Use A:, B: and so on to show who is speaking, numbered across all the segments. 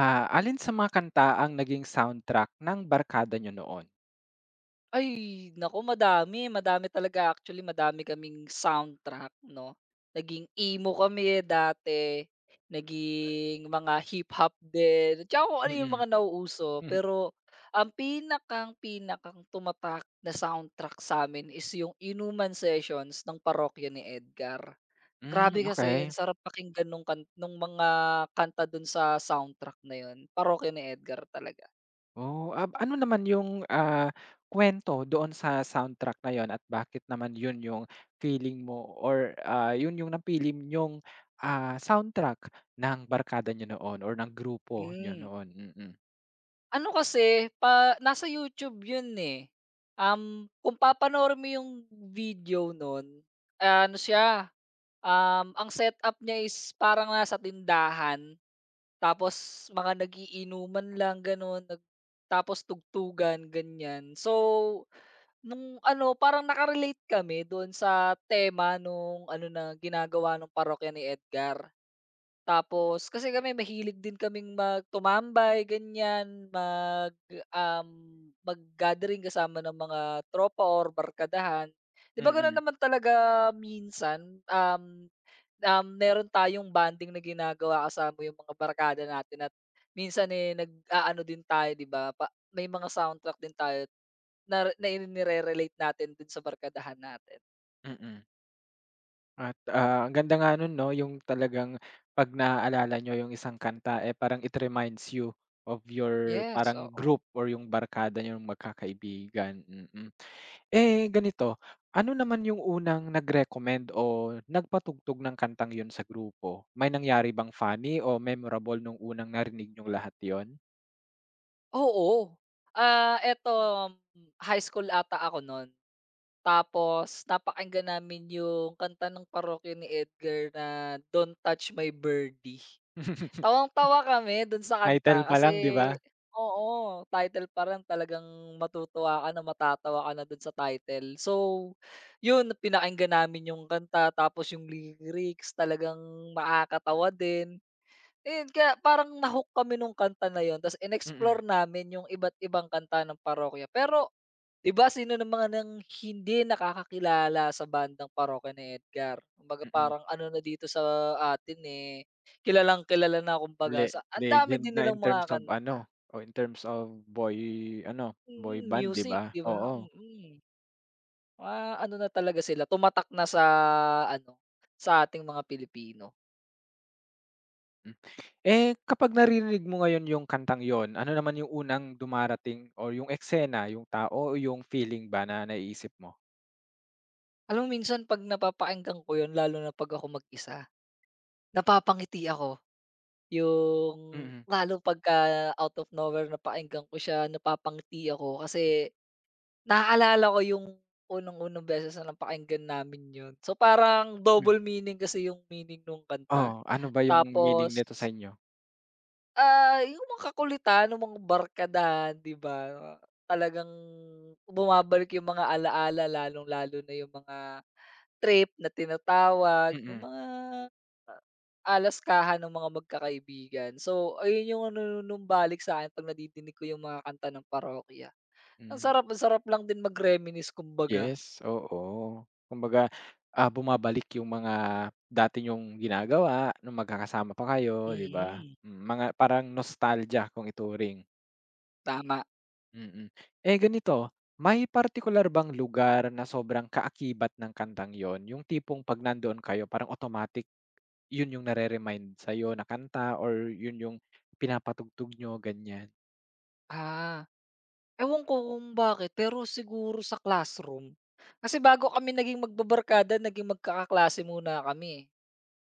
A: Ah, alin sa mga kanta ang naging soundtrack ng barkada niyo noon?
B: Ay, naku madami, madami talaga actually madami kaming soundtrack 'no. Naging emo kami dati, naging mga hip-hop din, tsaka kung ano yung
A: Mm.
B: mga nauuso.
A: Mhm.
B: Pero ang pinakang tumatak na soundtrack sa amin is yung inuman sessions ng parokya ni Edgar.
A: Hmm,
B: Grabe kasi
A: okey.
B: ang sarap pakinggan nung mga kanta dun sa soundtrack na yun, parokya ni Edgar talaga.
A: Oh, ab ano naman yung, ah, kuwento doon sa soundtrack na yun at bakit naman yun yung feeling mo or, yun yung napili niyong, soundtrack ng barkada niyo noon or ng grupo niyo
B: Hmm.
A: noon? Mm.
B: Ano kasi, pa nasa YouTube yun, eh. Kung papanoorin mo yung video nun, ano siya, ang setup niya is parang nasa tindahan, tapos mga lang gano'n, tapos tugtugan, ganyan. So, nung ano, parang kami doon sa tema nung ano na ginagawa ng parokya ni Edgar. Tapos kasi kami mahilig din kaming mag ganyan, um, mag-gathering kasama ng mga tropa or barkadahan. 'Di ba gano'n
A: Mm.
B: naman talaga minsan, um, um, meron tayong banding na ginagawa kasama yung mga barkada natin at minsan, eh, nag-aano din tayo 'di ba pa may mga soundtrack din tayo na na nire-relate natin din sa barkadahan natin.
A: Mm. Mm. At, ang ganda nga nun 'no, yung talagang 'pag naaalala nyo yung isang kanta, eh, parang it reminds you of your
B: Yes,
A: parang
B: oo.
A: group or yung barkada niyong magkakaibigan, mm. Eh, ganito, ano naman yung unang nag-recommend o nagpatugtog ng kantang yun sa grupo? May nangyari bang funny o memorable nung unang narinig niyong lahat yon.
B: Oo. Ah, eto, high school ata ako non. Tapos napakinggan namin yung kanta ng parokya ni Edgar na "Don't Touch My Birdie." Tawang-tawa kami dun sa
A: Title
B: kanta
A: pa
B: kasi
A: lang 'di ba?
B: oo, title pa rin talagang matutuwa ka na, matatawa ka na dun sa title. So, yun pinakinggan namin yung kanta tapos yung lyrics talagang makakatawa din. Ayun kaya parang na-hook kami nung kanta na yun ta's
A: Mm,
B: in-explore namin yung iba't ibang kanta ng parokya. Pero 'di ba sino naman ang hindi nakakakilala sa bandang parokya ni Edgar? Kumbaga
A: mm. Mm.
B: parang ano na dito sa atin, eh, kilalang-kilala na
A: Le
B: kumbaga sa ang dami
A: legend
B: din
A: na
B: nilang
A: in
B: mga
A: terms of ano,
B: kanta.
A: o in terms of boy
B: Mm,
A: band 'di
B: music
A: ba?
B: 'di ba?
A: Oo.
B: Mm. Ah, ano na talaga sila tumatak na sa ano, sa ating mga Pilipino.
A: Hmm. Eh, kapag naririnig mo ngayon yung kantang yon, ano naman yung unang dumarating or yung eksena, yung tao o yung feeling ba na naiisip mo?
B: Alam mo minsan 'pag napapakinggan ko yun lalo na 'pag ako mag-isa, napapangiti ako. Yung
A: Mm.
B: lalo pagka out of nowhere napakinggan ko siya napapangiti ako kasi naaalala ko yung unang-unang beses na napakinggan namin yun. So, parang
A: Hmm.
B: double meaning kasi yung meaning nung
A: Oo,
B: kanta.
A: ano ba yung meaning
B: Tapos,
A: nito sa inyo?
B: ah, yung mga kakulitan nung mga barkadahan, 'di ba? Talagang bumabalik yung mga alaala lalong-lalo na yung mga trip na tinatawag, yung
A: Mm.
B: mga alaskahan ng mga magkakaibigan. So, ayun yung nanunumbalik sa'kin 'pag nadidinig ko yung mga kanta ng parokya.
A: Hmm.
B: Ang sarap lang din mag-reminisce kumbaga.
A: Yes, oo. Kumbaga, bumabalik yung mga dati niyong ginagawa nung magkakasama pa kayo 'di ba?
B: Mm.
A: Hmm, mga parang nostalgia kung ituring.
B: Tama.
A: Mm. Eh, ganito, may partikular bang lugar na sobrang kaakibat ng kantang 'yon, yung tipong 'pag nandoon kayo parang automatic 'yun yung nare-remind sa'yo na kanta or 'yun yung pinapatugtog niyo, ganyan?
B: Ah, ewan ko kung bakit pero siguro sa classroom. Kasi bago kami naging magbabarkada naging magkakaklase muna kami eh.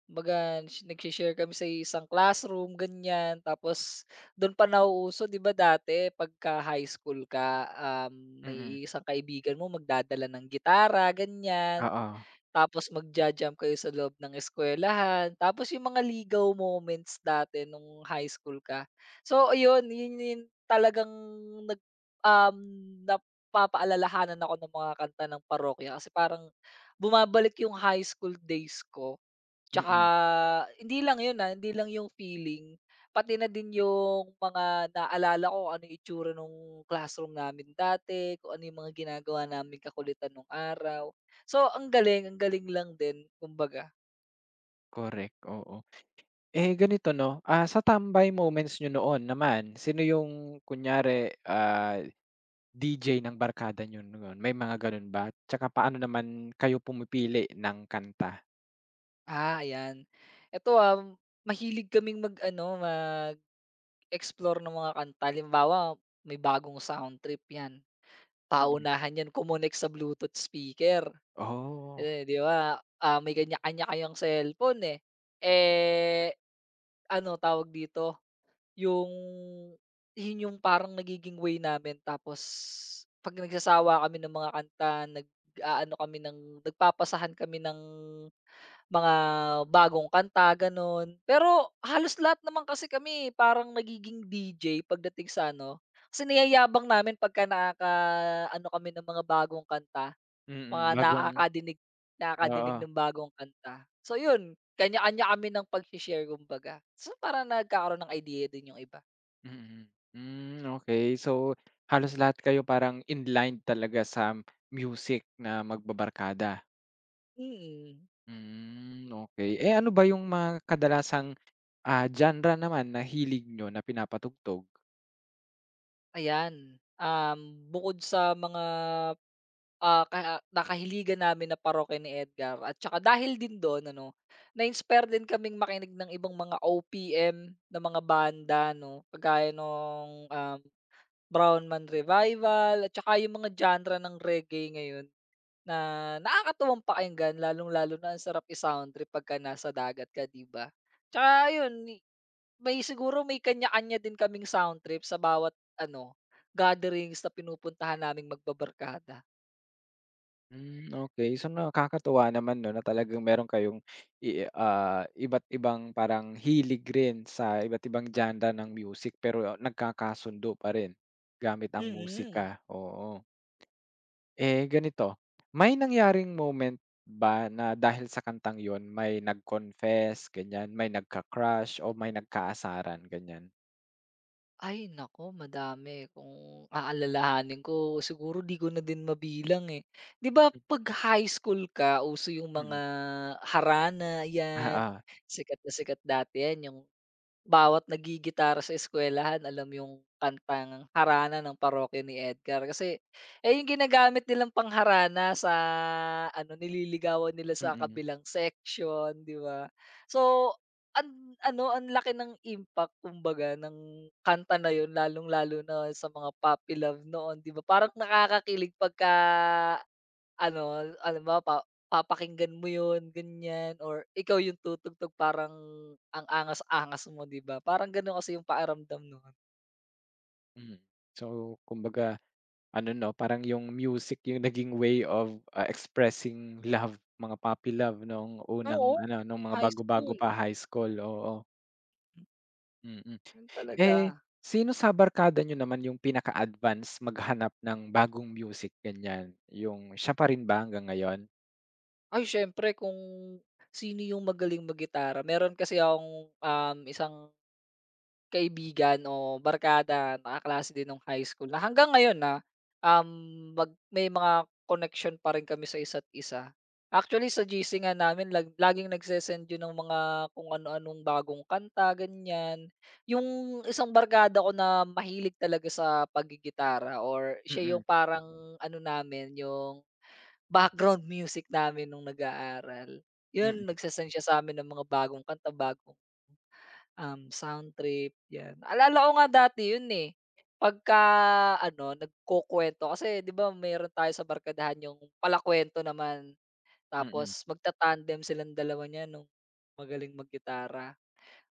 B: Kumbaga sh nagse kami sa isang classroom ganyan, tapos dun pa nauuso 'di ba dati pagka high school ka,
A: Mm,
B: may isang kaibigan mo magdadala ng gitara ganyan,
A: oo.
B: tapos magja-jam kayo sa loob ng eskuwelahan, tapos yung mga ligaw moments dati nung high school ka. So ayun, yun yun talagang nag um, napapaalalahanan ako ng mga kanta ng parokya kasi parang bumabalik yung high school days ko. Tsaka
A: Mm,
B: hindi lang 'yun, ah, hindi lang yung feeling, pati na din yung mga naalala ko kung ano yung itsura nung classroom namin dati, kung ano yung mga ginagawa naming kakulitan nung araw. So ang galing lang din kumbaga.
A: correct, oo. Eh, ganito 'no, sa tambay moments niyo noon naman, sino yung kunyari, DJ ng barkada niyo noon, may mga gano'n ba? Tsaka paano naman kayo pumipili ng kanta?
B: Ah, ayan. Eto, mahilig kaming mag-ano, mag-explore ng mga kanta. Halimbawa, may bagong sound trip 'yan,
A: Mm.
B: paunahan 'yan kumonek sa Bluetooth speaker.
A: Oh.
B: Eh, 'di ba, ah, may kanya-kanya kayong cellphone, eh. Eh, ano tawag dito, yung yun yung parang nagiging way namin tapos 'pag nagsasawa kami ng mga kanta, nag-aano kami ng nagpapasahan kami ng mga bagong kanta, gano'n. Pero halos lahat naman kasi kami parang nagiging DJ pagdating sa ano, kasi niyayabang namin pagka ano kami ng mga bagong kanta. Mga
A: Mm, bagong
B: nakakadinig nakakadinig
A: oo,
B: ng bagong kanta. So yun, kanya-kanya kami ng pagse-share kumbaga. So parang nagkakaroon ng idea din yung iba.
A: mm. Hmm, okey. So, halos lahat kayo parang in-line talaga sa music na magbabarkada?
B: Mm,
A: Hmm, okey. Eh, ano ba yung mga kadalasang, genre naman na hilig niyo na pinapatugtog?
B: ayan. Bukod sa mga, ah, ka na namin na parokya ni Edgar at tsaka dahil din dun ano, na-inspire din kaming makinig ng ibang mga OPM na mga banda 'no, kagaya nung, Brown Man Revival at tsaka yung mga genre ng reggae ngayon. Na nakakatuwang pakinggan lalong-lalo na ang sarap i-sound trip pagka nasa dagat ka, 'di ba? Tsaka ayun, may siguro may kanya-kanya din kaming sound trip sa bawat ano, gatherings na pinupuntahan naming magbabarkada.
A: Hmm, okey. So, nakakatuwa naman 'no na talagang meron kayong iba't ibang parang hilig rin sa iba't ibang genre ng music pero nagkakasundo pa rin gamit ang
B: Mm.
A: musika, oo. Eh, ganito, may nangyaring moment ba na dahil sa kantang yon? May nag-confess, ganyan, may nagka-crush o may nagkaasaran, ganyan?
B: Ay nako madami. Kung aalalahanin ko siguro 'di ko na din mabilang, eh. 'Di ba
A: Mm,
B: 'pag high school ka uso yung
A: mm.
B: mga harana 'yan,
A: Oo,
B: sikat na sikat dati 'yan, yung bawat naggigitara sa eskuwelahan alam yung kantang harana ng parokya ni Edgar kasi eh, yung ginagamit nilang pangharana sa ano, nililigawan nila sa
A: mm,
B: kabilang section, 'di ba? So, ano, ang laki ng impact kumbaga ng kanta na yun lalong-lalo na sa mga puppy love noon, 'di ba? Parang nakakakilig pagka ano, alam halimbawa papakinggan mo 'yun ganyan or ikaw yung tutugtog parang ang angas-angas mo 'di ba? Parang gano'n kasi yung paaramdam no'n.
A: mm. So, kumbaga ano 'no, parang yung music yung naging way of, expressing love, mga puppy love nung unang
B: Oo,
A: ano, nung mga
B: high
A: bago-bago
B: school,
A: pa high school, oo. Mm. Mm.
B: 'yun
A: Eh,
B: talaga.
A: sino sa barkada nyo naman yung pinaka-advance maghanap ng bagong music ganyan, yung siya pa rin ba hanggang ngayon?
B: Ay siyempre kung sino yung magaling maggitara meron kasi akong, isang kaibigan o barkada na kaklase din nung high school na hanggang ngayon, na um, mag may mga connection pa rin kami sa isa't isa. Actually sa GC nga namin laging yun ng mga kung ano-anong bagong kanta, ganyan. Yung isang barkada ko na mahilig talaga sa pagigitara or siya
A: Mm,
B: yung parang ano namin, yung background music namin nung nag-aaral.
A: mm,
B: Yun, nagse-send siya sa'min ng mga bagong kanta, bagong sound trip, 'yan. Naalala ko nga dati 'yun, eh, pagka-ano nagkukuwento kasi 'di ba meron tayo sa barkadahan yung palakuwento naman,
A: mm.
B: tapos magta-tandem silang dalawa niyan nung magaling maggitara.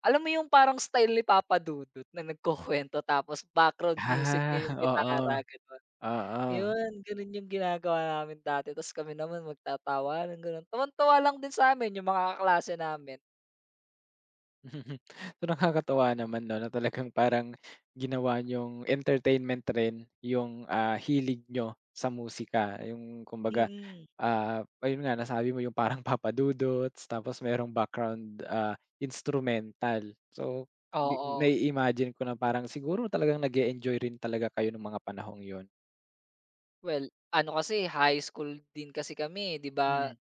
B: Alam mo yung parang style ni Papa Dudut na nagkukuwento tapos background music
A: Ah,
B: niya yung
A: oo,
B: gitara, gano'n.
A: oo.
B: 'Yun, gano'n yung ginagawa namin dati ta's kami naman magtatawanan, gano'n. Tuwang-tuwa lang din sa amin yung mga kaklase namin.
A: So, nakakatuwa naman 'no, na talagang parang ginawa niyong entertainment rin yung, hilig nyo sa musika, yung kumbaga.
B: Mm,
A: Ah, ayun nga nasabi mo yung parang Papa Dudots tapos merong background, instrumental. So, di
B: oo.
A: nai-imagine ko na parang siguro talagang nag enjoy rin talaga kayo ng mga panahong yun.
B: Well, ano kasi high school din kasi kami, eh, 'di ba?
A: Mm,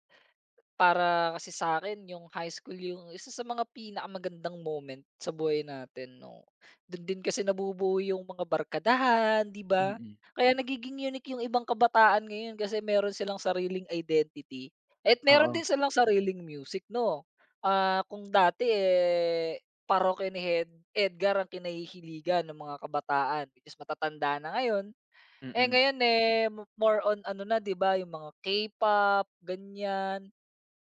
B: Para kasi sa akin yung high school yung isa sa mga pinakamagandang moment sa buhay natin 'no. Do'n din kasi nabubuo yung mga barkadahan, 'di ba?
A: mm.
B: Kaya nagiging unique yung ibang kabataan ngayon kasi meron silang sariling identity at meron
A: Oo,
B: din silang sariling music 'no. Ah, kung dati, eh, parokya ni Edgar ang kinahihiligan ng mga kabataan, which is matatanda na ngayon. Eh,
A: mm,
B: ngayon, eh, more on ano na 'di ba, yung mga K-pop, ganyan,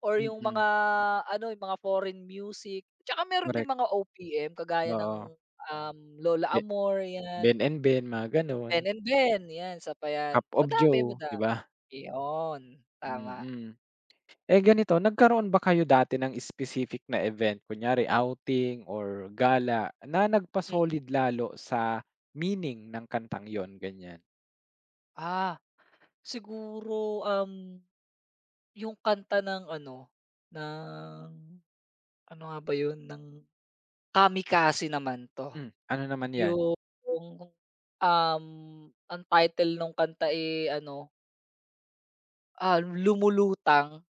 B: or yung
A: mm.
B: mga ano, yung mga foreign music. Tsaka meron din
A: Correct,
B: mga OPM kagaya ng,
A: oo.
B: Lola
A: Be
B: Amor, 'yan,
A: Ben and Ben, mga gano'n,
B: Ben and Ben, 'yan, sa pa 'yan.
A: Cup of
B: Madami,
A: Joe, 'di
B: madami,
A: ba?
B: iyon,
A: Mm.
B: tama,
A: Mm. Eh, ganito, nagkaroon ba kayo dati ng specific na event, kunyari outing or gala na
B: mm.
A: nagpa-solid lalo sa meaning ng kantang yon ganyan?
B: Ah, siguro, yung kanta ng ano nga ba yun, ng Kamikaze naman 'to.
A: Hmm, ano naman 'yan?
B: Yung, um, ang title nung kanta, eh, ano, "Lumulutang"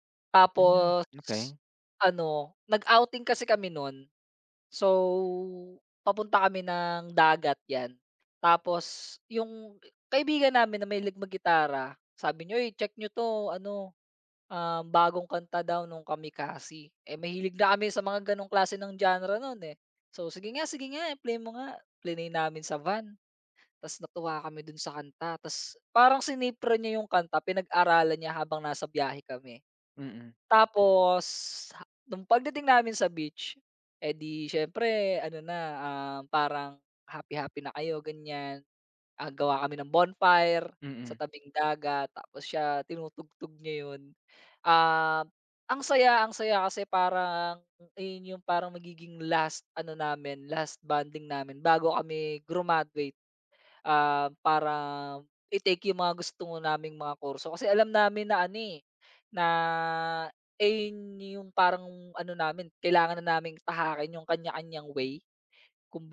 A: Hmm,
B: tapos
A: okey.
B: ano, nag-outing kasi kami nun. So, papunta kami ng dagat 'yan. Tapos yung kaibigan namin na may mahilig maggitara, sabi niya, "Uy, check niyo 'to ano, bagong kanta daw nung Kamikaze." Eh, mahilig na kami sa mga gano'ng klase ng genre nun, eh. So, sige nga, eh, play mo nga." Plinay namin sa van. Tas natuwa kami dun sa kanta tas parang sinipre niya yung kanta pinag-aralan niya habang nasa biyahe kami.
A: Mm,
B: Tapos ha nung pagdating namin sa beach, eh, di siyempre ano na, parang happy-happy na kayo ganyan. Ah, gawa kami ng bonfire sa
A: mm,
B: tabing dagat tapos siya tinutugtog niya yun. Ah, ang saya kasi parang ayun yung parang magiging last ano namin, last bonding namin bago kami graduate. Para i-take yung mga gusto mo naming mga kurso kasi alam namin na ano, eh, na ayun yung parang ano namin kailangan na naming tahakin yung kanya-kanyang way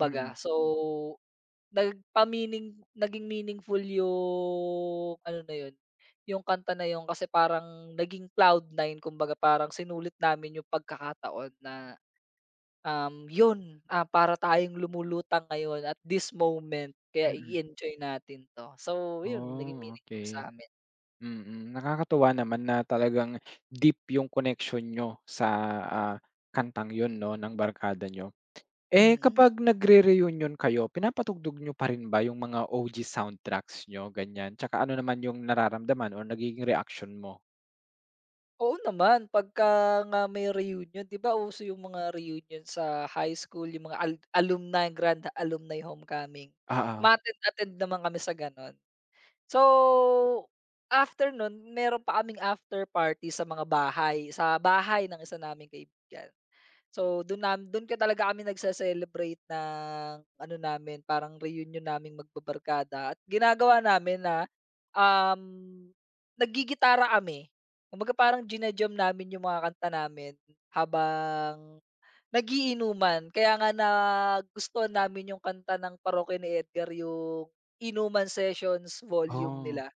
A: mm,
B: So, naging meaningful yung ano na yun, yung kanta na yun kasi parang naging cloud nine kumbaga parang sinulit namin yung pagkakataon na yun, para tayong lumulutang ngayon at this moment kaya
A: mm.
B: i-enjoy natin 'to. So yun, naging
A: Oh,
B: meaningful
A: okey.
B: sa'min.
A: Mm, nakakatuwa naman na talagang deep yung connection niyo sa, ah, kantang yun 'no, ng barkada niyo. Eh,
B: Mm.
A: kapag nagre-reunion kayo, pinapatugtog niyo pa rin ba yung mga OG soundtracks nyo ganyan? Tsaka ano naman yung nararamdaman or nagiging reaksyon mo?
B: Oo naman, pagka nga may reunion 'di ba uso yung mga reunion sa high school, yung mga alumni, grand alumni homecoming.
A: Oo,
B: Umattend-attend naman kami sa gano'n. So, after nun meron pa kaming after party sa mga bahay, sa bahay ng isa naming kaibigan. So dun nam dun ka talaga kami nagse-celebrate ng ano namin, parang reunion naming magbabarkada at ginagawa namin na, um, naggigitara kami. Kumbaga parang jina namin yung mga kanta namin habang nagiinuman. Kaya nga na gusto namin yung kanta ng parokya ni Edgar yung Inuman Sessions Volume
A: oh,
B: nila.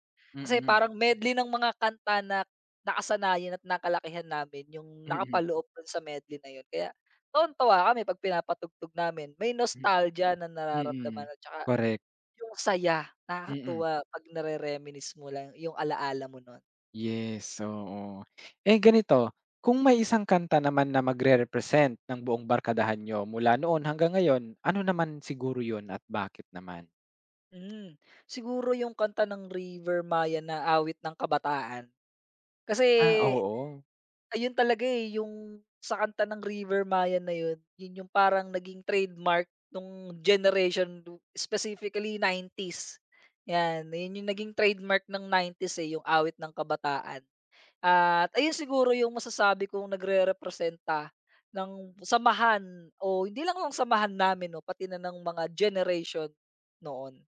B: Kasi
A: mm,
B: parang medley ng mga kanta na nakasanayan at nakalakihan namin yung
A: mm,
B: nakapaloob dun sa medley na yun. Kaya tuwang-tuwa kami 'pag pinapatugtog namin. May
A: mm,
B: nostalgia na nararamdaman
A: mm,
B: at tsaka
A: correct,
B: yung saya,
A: mm,
B: nakakatuwa 'pag nare-reminisce mo lang yung ala-ala mo nun.
A: yes, oo. Eh, ganito, kung may isang kanta naman na magrerepresent ng buong barkadahan niyo mula noon hanggang ngayon, ano naman siguro yun at bakit naman?
B: Hmm, siguro yung kanta ng River Maya na Awit ng Kabataan. Kasi
A: Ah, oo,
B: ayun talaga, eh, yung sa kanta ng River Maya na yun, yun yung parang naging trademark nung generation specifically 90s, 'yan. Yun yung naging trademark ng 90s, eh, yung awit ng kabataan. At ayun siguro yung masasabi kong nagrerepresenta ng samahan o hindi lang lang samahan namin 'no, pati na ng mga generation noon.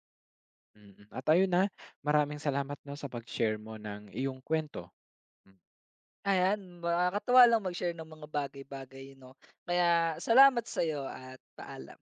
A: mm. Mm, at ayun, maraming salamat 'no, sa pag-share mo ng iyong kuwento.
B: Ayan, nakakatuwa lang mag-share ng mga bagay-bagay 'no. Kaya salamat sa'yo at paalam.